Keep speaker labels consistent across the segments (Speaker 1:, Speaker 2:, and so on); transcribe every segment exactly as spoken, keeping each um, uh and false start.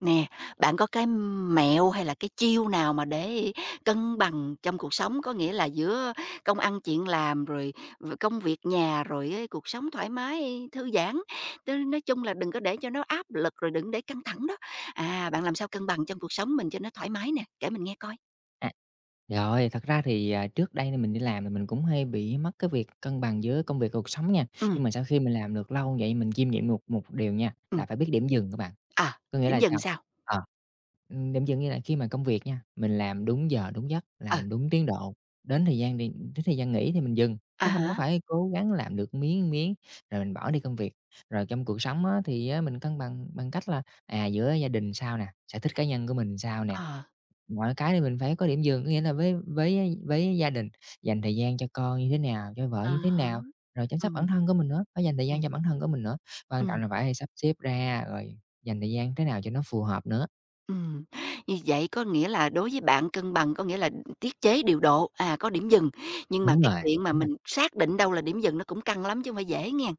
Speaker 1: Nè, bạn có cái mẹo hay là cái chiêu nào mà để cân bằng trong cuộc sống, có nghĩa là giữa công ăn chuyện làm, rồi v công việc nhà, rồi á cuộc sống thoải mái, thư giãn, tức nói chung là đừng có để cho nó áp lực, rồi đừng để căng thẳng đó. À, bạn làm sao cân bằng trong cuộc sống mình cho nó thoải mái nè? Kể mình nghe coi.
Speaker 2: À, rồi, thật ra thì, à, trước đây thì mình đi làm thì mình cũng hay bị mất cái việc cân bằng giữa công việc và cuộc sống nha.
Speaker 1: Ừm,
Speaker 2: Nhưng mà sau khi mình làm được lâu vậy mình kiêm nhiệm một một điều nha,
Speaker 1: ừm,
Speaker 2: là phải biết điểm dừng các bạn.
Speaker 1: à,
Speaker 2: Có nghĩa
Speaker 1: điểm
Speaker 2: là
Speaker 1: dừng
Speaker 2: sao?
Speaker 1: sao?
Speaker 2: Ờ, ừm, Điểm dừng như là khi mà công việc nha, mình làm đúng giờ, đúng giấc,
Speaker 1: Ừ,
Speaker 2: làm đúng tiến độ, đến thời gian đi đến thời gian nghỉ thì mình dừng,
Speaker 1: à
Speaker 2: chứ không có
Speaker 1: há,
Speaker 2: phải cố gắng làm được miếng miếng rồi mình bỏ đi công việc. Rồi trong cuộc sống á, thì á, mình cân bằng bằng cách là, à, giữa gia đình sao nè, sở thích cá nhân của mình sao nè.
Speaker 1: ờ,
Speaker 2: Mọi cái thì mình phải có điểm dừng, có nghĩa là với với với gia đình dành thời gian cho con như thế nào, cho vợ
Speaker 1: à
Speaker 2: như thế
Speaker 1: há,
Speaker 2: nào, rồi chăm sóc bản
Speaker 1: ừm,
Speaker 2: thân của mình nữa, phải dành thời gian cho
Speaker 1: ừm,
Speaker 2: bản thân của mình nữa. Quan
Speaker 1: ừm.
Speaker 2: trọng là phải sắp xếp ra rồi dành thời gian thế nào cho nó phù hợp nữa.
Speaker 1: Ừm, như vậy có nghĩa là đối với bạn cân bằng có nghĩa là tiết chế, điều độ, à, có điểm dừng, nhưng mà
Speaker 2: Đúng
Speaker 1: cái
Speaker 2: rồi,
Speaker 1: chuyện mà
Speaker 2: đúng rồi,
Speaker 1: mình xác định đâu là điểm dừng nó cũng căng lắm chứ không phải dễ nghe.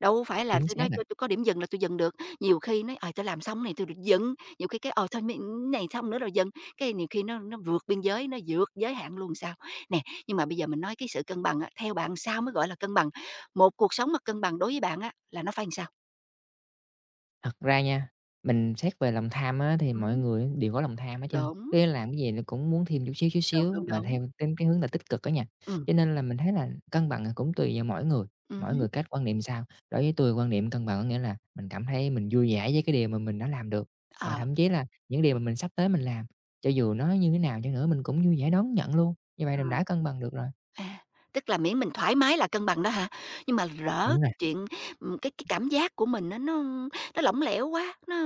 Speaker 1: Đâu phải là
Speaker 2: chính
Speaker 1: tôi
Speaker 2: xác
Speaker 1: nói
Speaker 2: nè.
Speaker 1: tôi tôi có điểm dừng là tôi dừng được, nhiều khi nói, ờ, tôi làm xong này tôi được dừng, nhiều khi cái, ờ, thôi mấy này xong nữa rồi dừng, cái nhiều khi nó nó vượt biên giới, nó vượt giới hạn luôn sao. Nè, nhưng mà bây giờ mình nói cái sự cân bằng á, theo bạn sao mới gọi là cân bằng? Một cuộc sống mà cân bằng đối với bạn á là nó phải làm sao?
Speaker 2: Thật ra nha, mình xét về lòng tham á, thì mọi
Speaker 1: Ừm,
Speaker 2: người đều có lòng tham hết trơn,
Speaker 1: đúng,
Speaker 2: cứ làm cái gì nó cũng muốn thêm chút xíu, chút
Speaker 1: đúng,
Speaker 2: xíu
Speaker 1: đúng,
Speaker 2: mà
Speaker 1: đúng.
Speaker 2: theo đến cái hướng là tích cực á nha.
Speaker 1: Ừ,
Speaker 2: Cho nên là mình thấy là cân bằng là cũng tùy vào mỗi người,
Speaker 1: ừm,
Speaker 2: mỗi người cách quan niệm sao. Đối với tôi quan niệm cân bằng có nghĩa là mình cảm thấy mình vui vẻ với cái điều mà mình đã làm được, và
Speaker 1: ờ,
Speaker 2: thậm chí là những điều mà mình sắp tới mình làm, cho dù nó như thế nào chăng nữa mình cũng vui vẻ đón nhận luôn, như vậy
Speaker 1: ờ.
Speaker 2: là mình đã cân bằng được rồi.
Speaker 1: À, tức là miễn mình thoải mái là cân bằng đó hả? Nhưng mà rỡ
Speaker 2: Đúng rồi.
Speaker 1: cái chuyện, ừm, cái cái cảm giác của mình nó nó nó lỏng lẻo quá, nó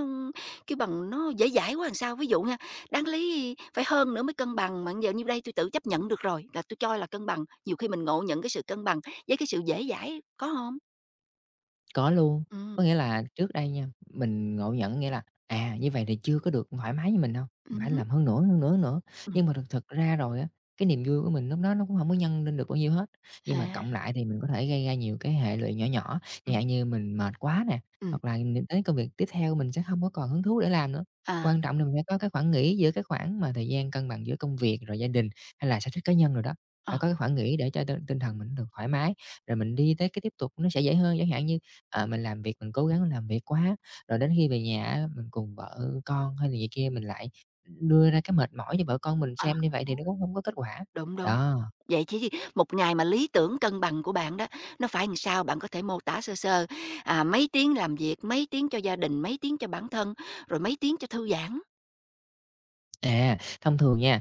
Speaker 1: kêu bằng, nó dễ dãi quá làm sao? Ví dụ nha, đáng lý phải hơn nữa mới cân bằng, mà giờ như đây tôi tự chấp nhận được rồi, là tôi cho là cân bằng. Nhiều khi mình ngộ nhận cái sự cân bằng với cái sự dễ dãi, có không?
Speaker 2: Có luôn,
Speaker 1: Ừm,
Speaker 2: có nghĩa là trước đây nha, mình ngộ nhận nghĩa là, à, như vậy thì chưa có được thoải mái với mình đâu, mình
Speaker 1: ừm
Speaker 2: phải
Speaker 1: hứm,
Speaker 2: làm hơn nữa, hơn nữa, hơn nữa. Nhưng mà thực thực ra rồi á, cái niềm vui của mình lúc đó nó cũng không có nhân lên được bao nhiêu hết, nhưng mà
Speaker 1: à,
Speaker 2: cộng lại thì mình có thể gây ra nhiều cái hệ lụy nhỏ nhỏ, chẳng
Speaker 1: ừm,
Speaker 2: hạn như mình mệt quá nè,
Speaker 1: ừm,
Speaker 2: hoặc là những tới công việc tiếp theo mình sẽ không có còn hứng thú để làm nữa.
Speaker 1: à,
Speaker 2: Quan trọng là mình phải có cái khoảng nghỉ giữa cái khoảng mà thời gian cân bằng giữa công việc, rồi gia đình hay là sở thích cá nhân rồi đó,
Speaker 1: ờ,
Speaker 2: phải có cái khoảng nghỉ để cho tinh tinh thần mình được thoải mái, rồi mình đi tới cái tiếp tục nó sẽ dễ hơn. Chẳng hạn như Ờ, mình làm việc mình cố gắng làm việc quá, rồi đến khi về nhà á, mình cùng vợ con hay là gì kia mình lại đưa ra cái mệt mỏi cho vợ con mình
Speaker 1: à,
Speaker 2: xem như vậy thì nó cũng không có kết quả.
Speaker 1: đúng, đúng.
Speaker 2: Đó,
Speaker 1: Vậy chứ một ngày mà lý tưởng cân bằng của bạn đó, nó phải làm sao? Bạn có thể mô tả sơ sơ, à, mấy tiếng làm việc, mấy tiếng cho gia đình, mấy tiếng cho bản thân, rồi mấy tiếng cho thư giãn?
Speaker 2: à, thông thường nha,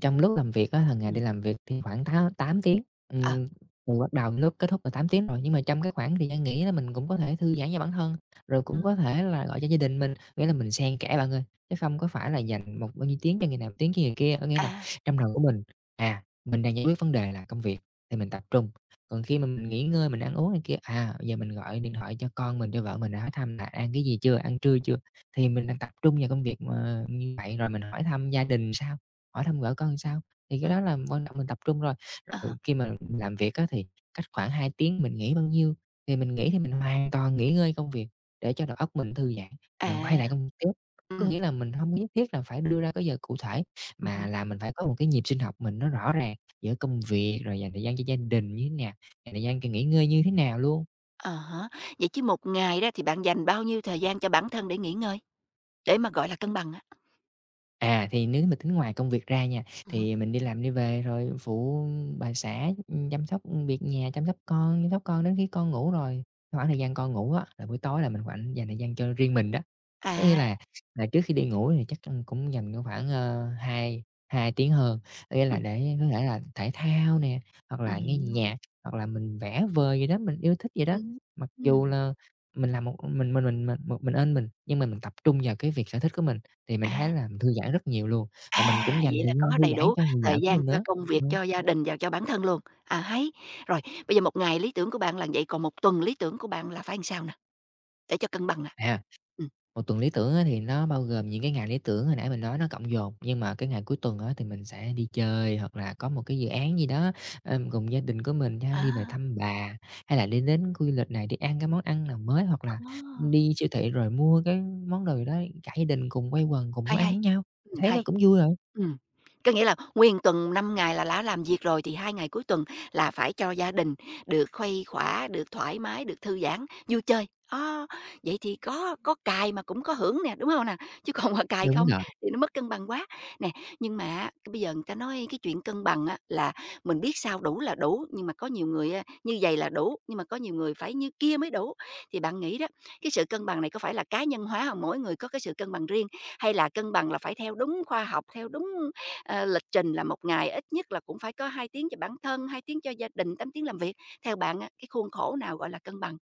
Speaker 2: trong lúc làm việc á, hàng ngày
Speaker 1: Ừm,
Speaker 2: đi làm việc thì khoảng thá tám tiếng,
Speaker 1: ờ,
Speaker 2: ừm, từ bắt đầu đến lúc kết thúc là tám tiếng rồi, nhưng mà trong cái khoảng thời gian nghỉ đó mình cũng có thể thư giãn cho bản thân, rồi cũng
Speaker 1: ừm,
Speaker 2: có thể là gọi cho gia đình mình, nghĩa là mình xen kẽ bạn ơi, chứ không có phải là dành một bao nhiêu tiếng cho người này, tiếng cho người kia. Có nghĩa là
Speaker 1: à,
Speaker 2: trong đầu của mình, à, mình đang giải quyết vấn đề là công việc thì mình tập trung, còn khi mà mình nghỉ ngơi, mình ăn uống này kia, à, bây giờ mình gọi điện thoại cho con mình, cho vợ mình hỏi thăm là "Ăn cái gì chưa? Ăn trưa chưa?" Thì mình đang tập trung vào công việc mà như vậy, rồi mình hỏi thăm gia đình sao, hỏi thăm vợ con sao, thì cái
Speaker 1: ừm,
Speaker 2: đó là quan trọng mình tập trung rồi. Rồi
Speaker 1: à,
Speaker 2: khi mà làm việc á thì cách khoảng hai tiếng mình nghỉ bao nhiêu, thì mình nghỉ thì mình hoàn toàn nghỉ ngơi công việc để cho đầu óc mình thư giãn,
Speaker 1: à,
Speaker 2: mình quay lại công việc tiếp. Có
Speaker 1: ừm,
Speaker 2: nghĩa là mình không nhất thiết là phải đưa ra cái giờ cụ thể,
Speaker 1: ừm
Speaker 2: mà
Speaker 1: hứm,
Speaker 2: là mình phải có một cái nhịp sinh học mình nó rõ ràng giữa công việc, rồi dành thời gian cho gia đình như thế nào, dành thời gian cho nghỉ ngơi như thế nào luôn.
Speaker 1: à. Vậy chứ một ngày đó thì bạn dành bao nhiêu thời gian cho bản thân để nghỉ ngơi, để mà gọi là cân bằng á?
Speaker 2: À, thì nếu mà tính ngoài công việc ra nha,
Speaker 1: Ừm,
Speaker 2: thì mình đi làm đi về rồi phụ bà xã, chăm sóc, việc nhà, chăm sóc con, chăm sóc con đến khi con ngủ rồi. Khoảng thời gian con ngủ á, là buổi tối là mình khoảng dành thời gian cho riêng mình đó. Có nghĩa
Speaker 1: à,
Speaker 2: là là trước khi đi ngủ thì chắc, ưm, cũng dành cái khoảng, ờ, hai hai tiếng hơn, có nghĩa là
Speaker 1: ừm,
Speaker 2: để có thể là thể thao nè, hoặc là nghe
Speaker 1: ừm,
Speaker 2: nhạc, hoặc là mình vẽ vời gì đó, mình yêu thích gì đó.
Speaker 1: ừm,
Speaker 2: Mặc dù
Speaker 1: ừm,
Speaker 2: là mình làm một mình mình mình mình một mình ên mình, nhưng mà mình tập trung vào cái việc sở thích của mình. Thì mình thấy
Speaker 1: à.
Speaker 2: là mình thư giãn rất nhiều luôn, và mình
Speaker 1: À,
Speaker 2: cũng dành
Speaker 1: vậy
Speaker 2: thời
Speaker 1: là
Speaker 2: gian
Speaker 1: có
Speaker 2: thư
Speaker 1: đầy
Speaker 2: giãn
Speaker 1: đủ
Speaker 2: cho người vợ
Speaker 1: thời
Speaker 2: của
Speaker 1: gian
Speaker 2: mình
Speaker 1: cho
Speaker 2: nữa.
Speaker 1: công việc,
Speaker 2: Ờ,
Speaker 1: cho gia đình và cho bản thân luôn. À, hay! Rồi, bây giờ một ngày lý tưởng của bạn là vậy, còn một tuần lý tưởng của bạn là phải làm sao nè, để cho cân bằng nè?
Speaker 2: à,
Speaker 1: Ừm.
Speaker 2: một tuần lý tưởng á thì nó bao gồm những cái ngày lý tưởng hồi nãy mình nói nó cộng dồn, nhưng mà cái ngày cuối tuần á thì mình sẽ đi chơi hoặc là có một cái dự án gì đó, ờm, cùng gia đình của mình ha, đi về
Speaker 1: À,
Speaker 2: thăm bà, hay là đi đến khu du lịch này, đi ăn cái món ăn nào mới, hoặc
Speaker 1: ờ.
Speaker 2: là đi siêu thị rồi mua cái món đồ gì đó, cả gia đình cùng quây quần, cùng nấu
Speaker 1: Hay,
Speaker 2: ăn
Speaker 1: hay.
Speaker 2: với nhau,
Speaker 1: Ừm,
Speaker 2: thấy nó
Speaker 1: hay.
Speaker 2: cũng vui rồi.
Speaker 1: Ừ, có nghĩa là nguyên tuần năm ngày là đã làm việc rồi thì hai ngày cuối tuần là phải cho gia đình được khuây khỏa, được thoải mái, được thư giãn, vui chơi. Á, vậy thì có có cài mà cũng có hưởng nè, đúng không nè? Chứ còn mà cài
Speaker 2: Đúng
Speaker 1: không
Speaker 2: rồi,
Speaker 1: thì nó mất cân bằng quá. Nè, nhưng mà á, cái bây giờ người ta nói cái chuyện cân bằng á, là mình biết sao đủ là đủ, nhưng mà có nhiều người á, như vậy là đủ, nhưng mà có nhiều người phải như kia mới đủ. Thì bạn nghĩ đó, cái sự cân bằng này có phải là cá nhân hóa không? Mỗi người có cái sự cân bằng riêng, hay là cân bằng là phải theo đúng khoa học, theo đúng, ờ, lịch trình là một ngày ít nhất là cũng phải có hai tiếng cho bản thân, hai tiếng cho gia đình, tám tiếng làm việc? Theo bạn á, cái khuôn khổ nào gọi là cân bằng?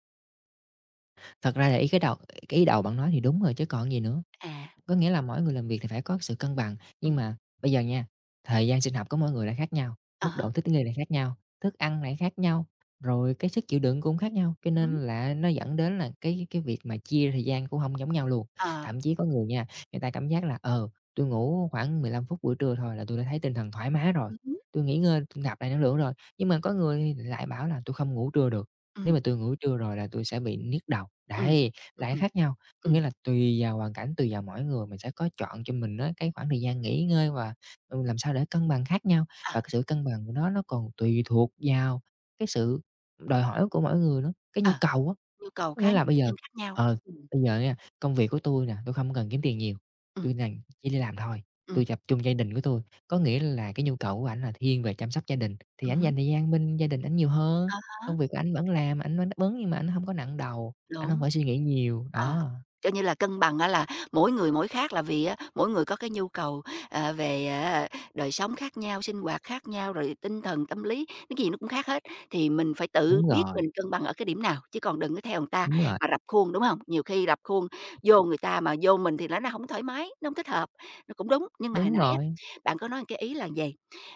Speaker 2: thật ra là ý cái đầu cái ý đầu bạn nói thì đúng rồi chứ còn gì nữa.
Speaker 1: À,
Speaker 2: Có nghĩa là mỗi người làm việc thì phải có sự cân bằng,
Speaker 1: ừ,
Speaker 2: nhưng mà bây giờ nha, thời gian sinh học của mỗi người lại khác nhau,
Speaker 1: à
Speaker 2: mức
Speaker 1: há,
Speaker 2: độ thích nghi lại khác nhau, thức ăn lại khác nhau, rồi cái sức chịu đựng cũng khác nhau, cho
Speaker 1: ừ hứm,
Speaker 2: nên là nó dẫn đến là cái cái việc mà chia thời gian cũng không giống nhau luôn.
Speaker 1: ờ,
Speaker 2: Thậm chí có người nha, người ta cảm giác là, ờ, tôi ngủ khoảng mười lăm phút buổi trưa thôi là tôi đã thấy tinh thần thoải mái rồi,
Speaker 1: ừ, ừ,
Speaker 2: tôi nghỉ ngơi, tôi nạp lại năng lượng rồi." Nhưng mà có người thì lại bảo là tôi không ngủ trưa được, nếu
Speaker 1: ừm,
Speaker 2: mà tôi ngủ trưa rồi là tôi sẽ bị nhức đầu."
Speaker 1: ừm,
Speaker 2: Đấy,
Speaker 1: ừm,
Speaker 2: lại
Speaker 1: ừm,
Speaker 2: khác nhau. Có nghĩa là tùy vào hoàn cảnh, tùy vào mỗi người mình sẽ có chọn cho mình á, cái khoảng thời gian nghỉ ngơi và, ừ, làm sao để cân bằng khác nhau.
Speaker 1: ờ,
Speaker 2: Và cái sự cân bằng của nó nó còn tùy thuộc vào cái sự đòi hỏi của mỗi người nữa, cái nhu
Speaker 1: ờ,
Speaker 2: cầu á.
Speaker 1: nhu cầu
Speaker 2: Có
Speaker 1: khá
Speaker 2: nghĩa là bây
Speaker 1: cá
Speaker 2: giờ,
Speaker 1: nhân khác nhau.
Speaker 2: ờ,
Speaker 1: Ừ,
Speaker 2: bây giờ nha, công việc của tôi nè, tôi không cần kiếm tiền nhiều,
Speaker 1: ừ,
Speaker 2: tôi này chỉ đi làm thôi,
Speaker 1: ừ,
Speaker 2: tôi tập trung gia đình của tôi. Có nghĩa là cái nhu cầu của ảnh là thiên về chăm sóc gia đình, thì
Speaker 1: ừm
Speaker 2: ảnh
Speaker 1: hứm,
Speaker 2: dành thời gian bên gia đình ảnh nhiều hơn.
Speaker 1: à há,
Speaker 2: Công việc của ảnh vẫn làm, ảnh vẫn đáp ứng nhưng mà ảnh không có nặng đầu, ảnh không
Speaker 1: đúng.
Speaker 2: phải suy nghĩ nhiều,
Speaker 1: Ờ,
Speaker 2: đó.
Speaker 1: kiểu như là, cân bằng á là mỗi người mỗi khác là vì á, mỗi người có cái nhu cầu, ờ, về, ờ, đời sống khác nhau, sinh hoạt khác nhau, rồi tinh thần, tâm lý, cái gì nó cũng khác hết. Thì mình phải tự
Speaker 2: Đúng
Speaker 1: biết
Speaker 2: rồi,
Speaker 1: mình cân bằng ở cái điểm nào, chứ còn đừng có theo người ta
Speaker 2: đúng rồi,
Speaker 1: mà rập khuôn, đúng không? Nhiều khi rập khuôn vô người ta mà vô mình thì nó nó không thoải mái, nó không thích hợp, nó cũng đúng. Nhưng mà hồi
Speaker 2: đúng
Speaker 1: nãy á,
Speaker 2: rồi.
Speaker 1: bạn có nói một cái ý là gì?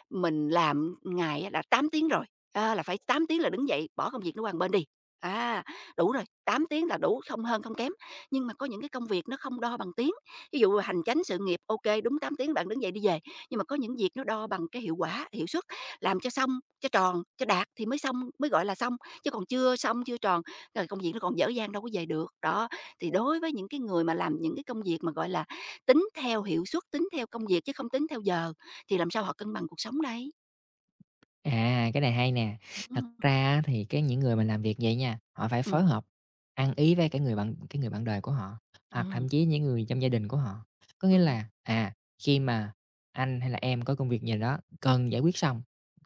Speaker 1: Mình làm ngày á là tám tiếng rồi, a, là phải tám tiếng là đứng dậy bỏ công việc nó qua một bên đi, à, đủ rồi, tám tiếng là đủ, không hơn không kém. Nhưng mà có những cái công việc nó không đo bằng tiếng, ví dụ hành chánh sự nghiệp, ok đúng tám tiếng bạn đứng dậy đi về, nhưng mà có những việc nó đo bằng cái hiệu quả, hiệu suất, làm cho xong, cho tròn, cho đạt thì mới xong, mới gọi là xong, chứ còn chưa xong, chưa tròn là công việc nó còn dở dang đâu có về được. Đó, thì đối với những cái người mà làm những cái công việc mà, gọi là, tính theo hiệu suất, tính theo công việc chứ không tính theo giờ thì làm sao họ cân bằng cuộc sống đây?
Speaker 2: À, cái này hay nè. Thật
Speaker 1: Ừm,
Speaker 2: ra á thì cái những người mình làm việc vậy nha, họ phải
Speaker 1: ừm,
Speaker 2: phối hợp, ăn ý với cái người bạn cái người bạn đời của họ, hoặc
Speaker 1: ừm,
Speaker 2: thậm chí những người trong gia đình của họ. Có nghĩa
Speaker 1: ừm,
Speaker 2: là, à, khi mà anh hay là em có công việc gì đó cần giải quyết xong,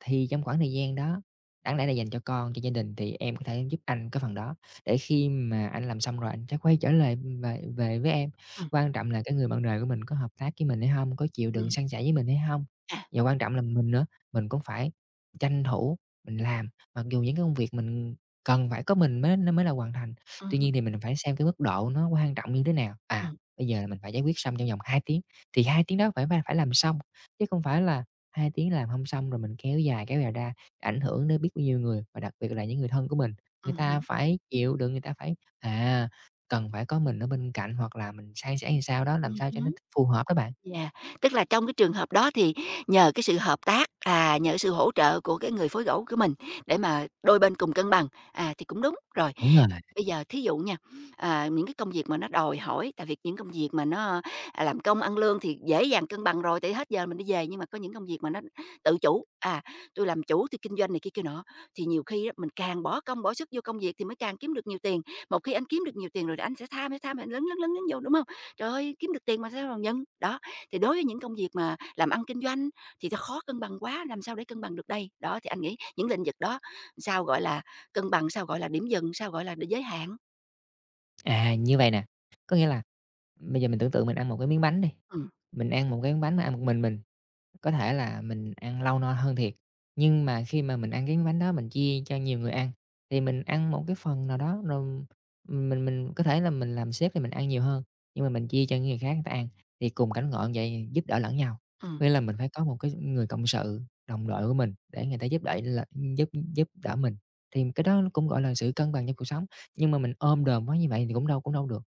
Speaker 2: thì trong khoảng thời gian đó, đáng lẽ là dành cho con, cho gia đình thì em có thể giúp anh cái phần đó, để khi mà anh làm xong rồi anh sẽ quay trở lại về về với em.
Speaker 1: ừm,
Speaker 2: Quan trọng là cái người bạn đời của mình có hợp tác với mình hay không, có chịu đựng
Speaker 1: ừm,
Speaker 2: san sẻ với mình hay không.
Speaker 1: à,
Speaker 2: Và quan trọng là mình nữa, mình cũng phải tranh thủ mình làm, mặc dù những cái công việc mình cần phải có mình mới nó mới là hoàn thành. Tuy
Speaker 1: ừm,
Speaker 2: nhiên thì mình phải xem cái mức độ nó quan trọng như thế nào. À,
Speaker 1: ừm,
Speaker 2: bây giờ là mình phải giải quyết xong trong vòng hai tiếng, thì hai tiếng đó phải phải phải làm xong, chứ không phải là hai tiếng làm không xong rồi mình kéo dài, kéo dài ra, ảnh hưởng đến biết bao nhiêu người, và đặc biệt là những người thân của mình. Người ta
Speaker 1: ừm,
Speaker 2: phải chịu đựng, người ta phải, à, cần phải có mình ở bên cạnh, hoặc là mình san sẻ như sao đó, làm sao cho nó
Speaker 1: ừm.
Speaker 2: phù hợp các bạn.
Speaker 1: Yeah, tức là trong cái trường hợp đó thì nhờ cái sự hợp tác, à, nhờ sự hỗ trợ của cái người phối gỗ của mình để mà đôi bên cùng cân bằng, à, thì cũng đúng. Rồi,
Speaker 2: Đúng rồi.
Speaker 1: bây giờ thí dụ nha, à, những cái công việc mà nó đòi hỏi tại vì những công việc mà nó, à, làm công ăn lương thì dễ dàng cân bằng rồi, tại hết giờ mình đi về, nhưng mà có những công việc mà nó tự chủ, à, tôi làm chủ, tui kinh doanh" này kia kia nọ, thì nhiều khi á, mình càng bỏ công bỏ sức vô công việc thì mới càng kiếm được nhiều tiền. Một khi anh kiếm được nhiều tiền rồi thì anh sẽ tham, tham, tham, anh lấn, lấn, lấn, lấn vô, đúng không? Trời ơi, kiếm được tiền mà sao mà nhận, đó. Thì đối với những công việc mà làm ăn kinh doanh thì ta khó cân bằng quá, làm sao để cân bằng được đây? Đó, thì anh nghĩ những lĩnh vực đó sao gọi là cân bằng, sao gọi là điểm dừng, sao gọi là đ giới hạn?
Speaker 2: À, như vậy nè, có nghĩa là bây giờ mình tưởng tượng mình ăn một cái miếng bánh đi,
Speaker 1: Ừm,
Speaker 2: mình ăn một cái miếng bánh mà ăn một mình mình, có thể là mình ăn lâu no hơn thiệt, nhưng mà khi mà mình ăn cái miếng bánh đó mình chia cho nhiều người ăn, thì mình ăn một cái phần nào đó rồi mình mình có thể là mình làm sếp thì mình ăn nhiều hơn, nhưng mà mình chia cho những người khác người ta ăn, thì cùng cánh ngọn vậy giúp đỡ lẫn nhau.
Speaker 1: ừm,
Speaker 2: Nghĩa là mình phải có một cái người cộng sự, đồng đội của mình để người ta giúp đẩy là giúp giúp đỡ mình, thì cái đó nó cũng, gọi là, sự cân bằng trong cuộc sống, nhưng mà mình ôm đồm quá như vậy thì cũng đâu cũng đâu được.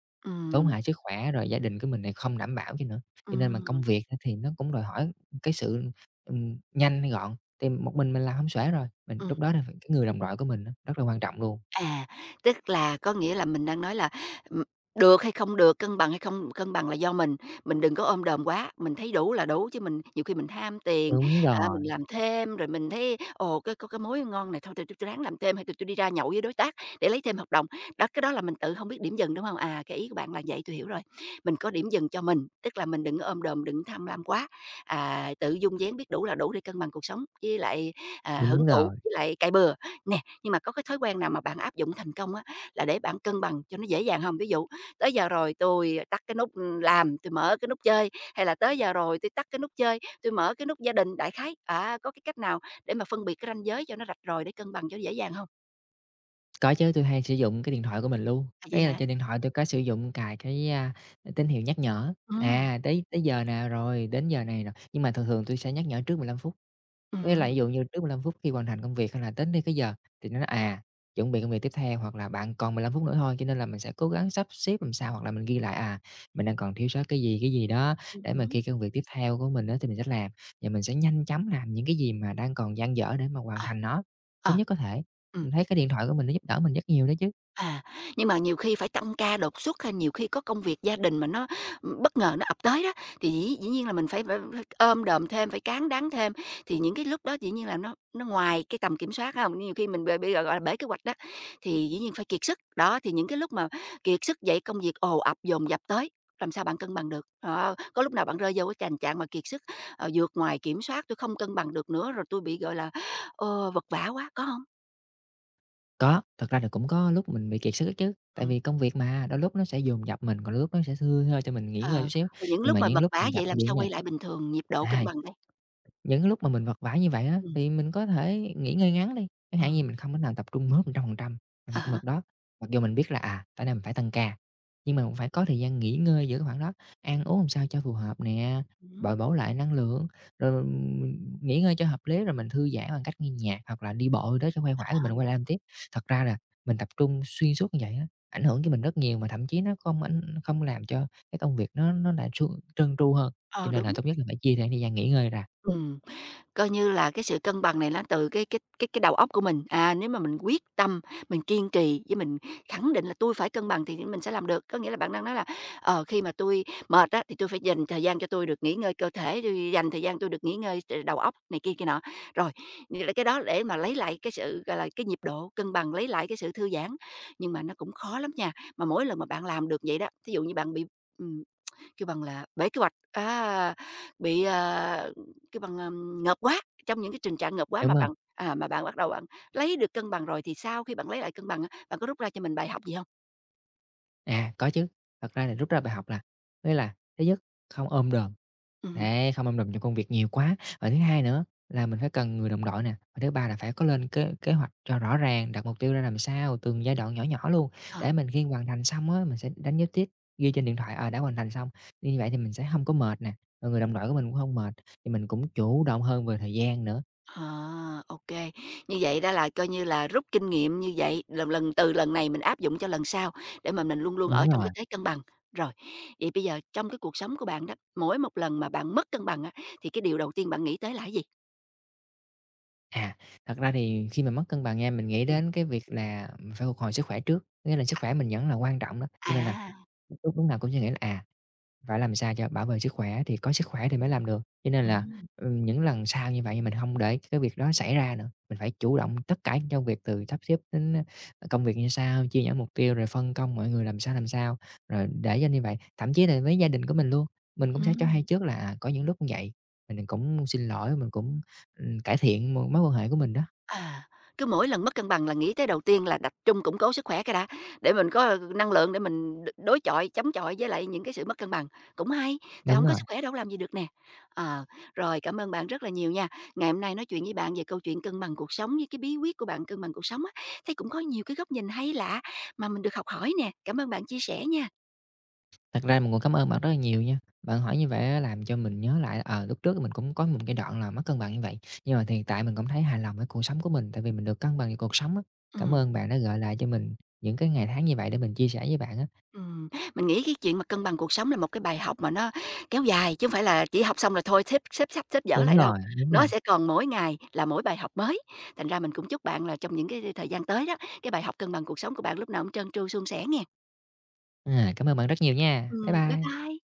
Speaker 2: Tốn
Speaker 1: ừm,
Speaker 2: hại sức khỏe, rồi gia đình của mình thì không đảm bảo cho nữa. Cho nên mà công
Speaker 1: ừm,
Speaker 2: việc á thì nó cũng đòi hỏi cái sự, ừm, nhanh, gọn, thì một mình mình làm không xuể rồi, mình
Speaker 1: ừm.
Speaker 2: lúc đó là phải cái người đồng đội của mình á, rất là quan trọng luôn.
Speaker 1: À, tức là có nghĩa là mình đang nói là, ừm, được hay không được, cân bằng hay không cân bằng là do mình, mình đừng có ôm đồm quá, mình thấy đủ là đủ chứ mình nhiều khi mình tham tiền,
Speaker 2: Đúng
Speaker 1: à,
Speaker 2: rồi,
Speaker 1: mình làm thêm rồi mình thấy, ồ, cái có cái mối ngon này thôi tôi tôi tôi ráng làm thêm hay tôi tôi đi ra nhậu với đối tác để lấy thêm hợp đồng. Đó, cái đó là mình tự không biết điểm dừng, đúng không? À, cái ý của bạn là vậy, tôi hiểu rồi. Mình có điểm dừng cho mình, tức là mình đừng có ôm đồm, đừng tham lam quá, à, tự dung vén biết đủ là đủ để cân bằng cuộc sống với lại, à, hưởng
Speaker 2: đúng
Speaker 1: thụ
Speaker 2: rồi.
Speaker 1: với lại cày bừa. Nè, nhưng mà có cái thói quen nào mà bạn áp dụng thành công á, là để bạn cân bằng cho nó dễ dàng không? Ví dụ tới giờ rồi tôi tắt cái nút, làm, tôi mở cái nút chơi, hay là tới giờ rồi tôi tắt cái nút chơi, tôi mở cái nút gia đình, đại khái, à, có cái cách nào để mà phân biệt cái ranh giới cho nó rạch ròi để cân bằng cho dễ dàng không?
Speaker 2: Có chứ, tôi hay sử dụng cái điện thoại của mình luôn,
Speaker 1: À,
Speaker 2: có
Speaker 1: vậy
Speaker 2: nghĩa là
Speaker 1: hả?
Speaker 2: trên điện thoại tôi có sử dụng cài cái, a, tín hiệu nhắc nhở,
Speaker 1: Ừ,
Speaker 2: à, tới tới giờ nè rồi, đến giờ này rồi, nhưng mà thường thường tôi sẽ nhắc nhở trước mười lăm phút.
Speaker 1: ừ,
Speaker 2: Có nghĩa là ví dụ như trước mười lăm phút khi hoàn thành công việc hay là đến đây cái giờ thì nó nói, à, chuẩn bị công việc tiếp theo hoặc là bạn còn mười lăm phút nữa thôi, cho nên là mình sẽ cố gắng sắp xếp làm sao hoặc là mình ghi lại, à, mình đang còn thiếu sót cái gì, cái gì đó
Speaker 1: ừm
Speaker 2: để mà
Speaker 1: hứm,
Speaker 2: khi công việc tiếp theo của mình đó thì mình sẽ làm, và mình sẽ nhanh chóng làm những cái gì mà đang còn dang dở để mà hoàn
Speaker 1: ờ,
Speaker 2: thành nó sớm
Speaker 1: ờ,
Speaker 2: nhất có thể.
Speaker 1: ừm.
Speaker 2: Mình thấy cái điện thoại của mình nó giúp đỡ mình rất nhiều đó chứ.
Speaker 1: À, nhưng mà nhiều khi phải tăng ca đột xuất hay nhiều khi có công việc gia đình mà nó, ừ, bất ngờ nó ập tới đó, thì dĩ dĩ nhiên là mình phải phải phải ôm đồm thêm, phải cán đáng thêm, thì những cái lúc đó dĩ nhiên là nó nó ngoài cái tầm kiểm soát không? Nhiều khi mình bị bị, gọi là, bể kế hoạch đó, thì dĩ nhiên phải kiệt sức. Đó, thì những cái lúc mà kiệt sức vậy công việc ồ ập, dồn dập tới, làm sao bạn cân bằng được? Đó, có lúc nào bạn rơi vô cái tình trạng mà kiệt sức, ờ, vượt ngoài kiểm soát, tôi không cân bằng được nữa rồi, tôi bị, gọi là, ờ, vật vã quá", có không?
Speaker 2: Có, thật ra thì cũng có lúc mình bị kiệt sức đó chứ, tại vì công việc mà, đôi lúc nó sẽ dồn dập mình, còn đôi lúc nó sẽ thưa thơi cho mình nghỉ ngơi chút
Speaker 1: Ờ,
Speaker 2: xíu,
Speaker 1: rồi những
Speaker 2: nhưng
Speaker 1: lúc
Speaker 2: mà
Speaker 1: mà
Speaker 2: những
Speaker 1: vật
Speaker 2: lúc
Speaker 1: vã
Speaker 2: dồn dập
Speaker 1: vậy
Speaker 2: như
Speaker 1: làm
Speaker 2: vậy
Speaker 1: sao
Speaker 2: nha.
Speaker 1: quay lại bình thường, nhịp độ cân
Speaker 2: à,
Speaker 1: bằng đây?
Speaker 2: Những cái lúc mà mình vật vã như vậy á,
Speaker 1: Ừm,
Speaker 2: thì mình có thể nghỉ ngơi ngắn đi, chẳng hạn
Speaker 1: ừm,
Speaker 2: như mình không thể nào tập trung một trăm phần trăm vào
Speaker 1: à
Speaker 2: mặt công việc
Speaker 1: há,
Speaker 2: đó, mặc dù mình biết là, à, tại nay mình phải tăng ca, nhưng mà mình phải có thời gian nghỉ ngơi giữa cái khoảng đó, ăn uống làm sao cho phù hợp nè,
Speaker 1: ừm.
Speaker 2: bồi bổ lại năng lượng, rồi mình nghỉ ngơi cho hợp lý, rồi mình thư giãn bằng cách nghe nhạc hoặc là đi bộ gì đó cho khuây khỏa rồi
Speaker 1: À,
Speaker 2: mình quay lại làm tiếp. Thật ra là mình tập trung xuyên suốt như vậy á, ảnh hưởng cho mình rất nhiều mà thậm chí nó không ảnh không làm cho cái công việc nó nó lại suôn trơn tru hơn, cho
Speaker 1: ờ,
Speaker 2: nên là
Speaker 1: đúng,
Speaker 2: tốt nhất là phải chia ra thời gian nghỉ ngơi ra.
Speaker 1: ừm. Coi như là cái sự cân bằng này nó từ cái cái cái cái đầu óc của mình, à, nếu mà mình quyết tâm, mình kiên trì với mình khẳng định là tôi phải cân bằng" thì mình sẽ làm được. Có nghĩa là bạn đang nói là, ờ, khi mà tôi mệt á, thì tôi phải dành thời gian cho tôi được nghỉ ngơi cơ thể, tui dành thời gian tôi được nghỉ ngơi ờ, đầu óc này kia kia nọ. Rồi, nghĩa là cái đó để mà lấy lại cái sự, gọi là, cái nhịp độ cân bằng, lấy lại cái sự thư giãn, nhưng mà nó cũng khó lắm nha. Mà mỗi lần mà bạn làm được vậy đó, thí dụ như bạn bị ừm. Kêu bằng là bể kế hoạch, á, bị, à, kêu bằng, ờm, ngợp quá, trong những cái tình trạng ngợp quá
Speaker 2: Đúng
Speaker 1: mà
Speaker 2: rồi.
Speaker 1: bạn à, mà bạn bắt đầu bạn lấy được cân bằng rồi thì sau khi bạn lấy lại cân bằng á, bạn có rút ra cho mình bài học gì không?
Speaker 2: À, có chứ, thật ra là rút ra bài học là với là thứ nhất không ôm đồm,
Speaker 1: Ừ, hứm,
Speaker 2: để không ôm đồm trong công việc nhiều quá, và thứ hai nữa là mình phải cần người đồng đội nè, và thứ ba là phải có lên kế kế hoạch cho rõ ràng, đặt mục tiêu ra làm sao, từng giai đoạn nhỏ nhỏ luôn,
Speaker 1: ờ,
Speaker 2: để mình khi hoàn thành xong á, mình sẽ đánh dấu tick, ghi trên điện thoại, ờ, đã hoàn thành xong. Như vậy thì mình sẽ không có mệt nè, rồi người đồng đội của mình cũng không mệt, thì mình cũng chủ động hơn về thời gian nữa.
Speaker 1: ok. Như vậy đó là coi như là rút kinh nghiệm như vậy, lần lần từ lần này mình áp dụng cho lần sau để mà mình luôn luôn ở
Speaker 2: Đúng
Speaker 1: trong
Speaker 2: rồi.
Speaker 1: cái thế cân bằng. Rồi, vậy bây giờ trong cái cuộc sống của bạn đó, mỗi một lần mà bạn mất cân bằng á, thì cái điều đầu tiên bạn nghĩ tới là cái gì?
Speaker 2: À, Thật ra thì khi mà mất cân bằng nha, mình nghĩ
Speaker 1: Ừm,
Speaker 2: đến cái việc là mình phải phục hồi sức khỏe trước, nghĩa là sức khỏe mình vẫn là quan trọng đó, cho nên là
Speaker 1: à,
Speaker 2: lúc lúc nào cũng suy nghĩ là, à, phải làm sao cho bảo vệ sức khỏe thì có sức khỏe thì mới làm được, cho nên
Speaker 1: ừ,
Speaker 2: là, ừm, những lần sau như vậy mình không để cái việc đó xảy ra nữa. Mình phải chủ động tất cả trong việc từ sắp xếp đến, ơ, công việc như sao, chia nhỏ mục tiêu rồi phân công mọi người làm sao, làm sao, rồi để cho như vậy. Thậm chí là với gia đình của mình luôn, mình cũng
Speaker 1: ừ.
Speaker 2: sẽ cho hay trước là, à, có những lúc như vậy, mình cũng xin lỗi, mình cũng, ừm, cải thiện mối quan hệ của mình đó.
Speaker 1: À, cứ mỗi lần mất cân bằng là nghĩ tới đầu tiên là tập trung củng cố sức khỏe cái đã, để mình có ờ, năng lượng để mình đ đối chọi, chống chọi với lại những cái sự mất cân bằng. Cũng hay, tại
Speaker 2: Đúng
Speaker 1: không có
Speaker 2: rồi.
Speaker 1: sức khỏe đâu có làm gì được nè. Ờ, rồi cảm ơn bạn rất là nhiều nha. Ngày hôm nay nói chuyện với bạn về câu chuyện cân bằng cuộc sống với cái bí quyết của bạn cân bằng cuộc sống á, thấy cũng có nhiều cái góc nhìn hay lạ mà mình được học hỏi nè. Cảm ơn bạn chia sẻ nha.
Speaker 2: Thật ra mình cũng cảm ơn bạn rất là nhiều nha. Bạn hỏi như vậy á làm cho mình nhớ lại, ờ, lúc trước mình cũng có một cái đoạn là mất cân bằng như vậy, nhưng mà thì hiện tại mình cũng thấy hài lòng với cuộc sống của mình, tại vì mình được cân bằng với cuộc sống á. Cảm
Speaker 1: Ừm.
Speaker 2: ơn bạn đã gợi lại cho mình những cái ngày tháng như vậy để mình chia sẻ với bạn á.
Speaker 1: Ừm, mình nghĩ cái chuyện mà cân bằng cuộc sống là một cái bài học mà nó kéo dài, chứ không phải là chỉ học xong rồi thôi xếp xếp sách xếp dở
Speaker 2: Đúng
Speaker 1: lại đâu.
Speaker 2: rồi, đúng rồi.
Speaker 1: Nó sẽ còn mỗi ngày là mỗi bài học mới. Thành ra mình cũng chúc bạn là trong những cái thời gian tới đó, cái bài học cân bằng cuộc sống của bạn lúc nào cũng trơn tru suôn sẻ nghe.
Speaker 2: À, cảm ơn bạn rất nhiều nha. Bye
Speaker 1: Ừm, bye
Speaker 2: bye.
Speaker 1: bye.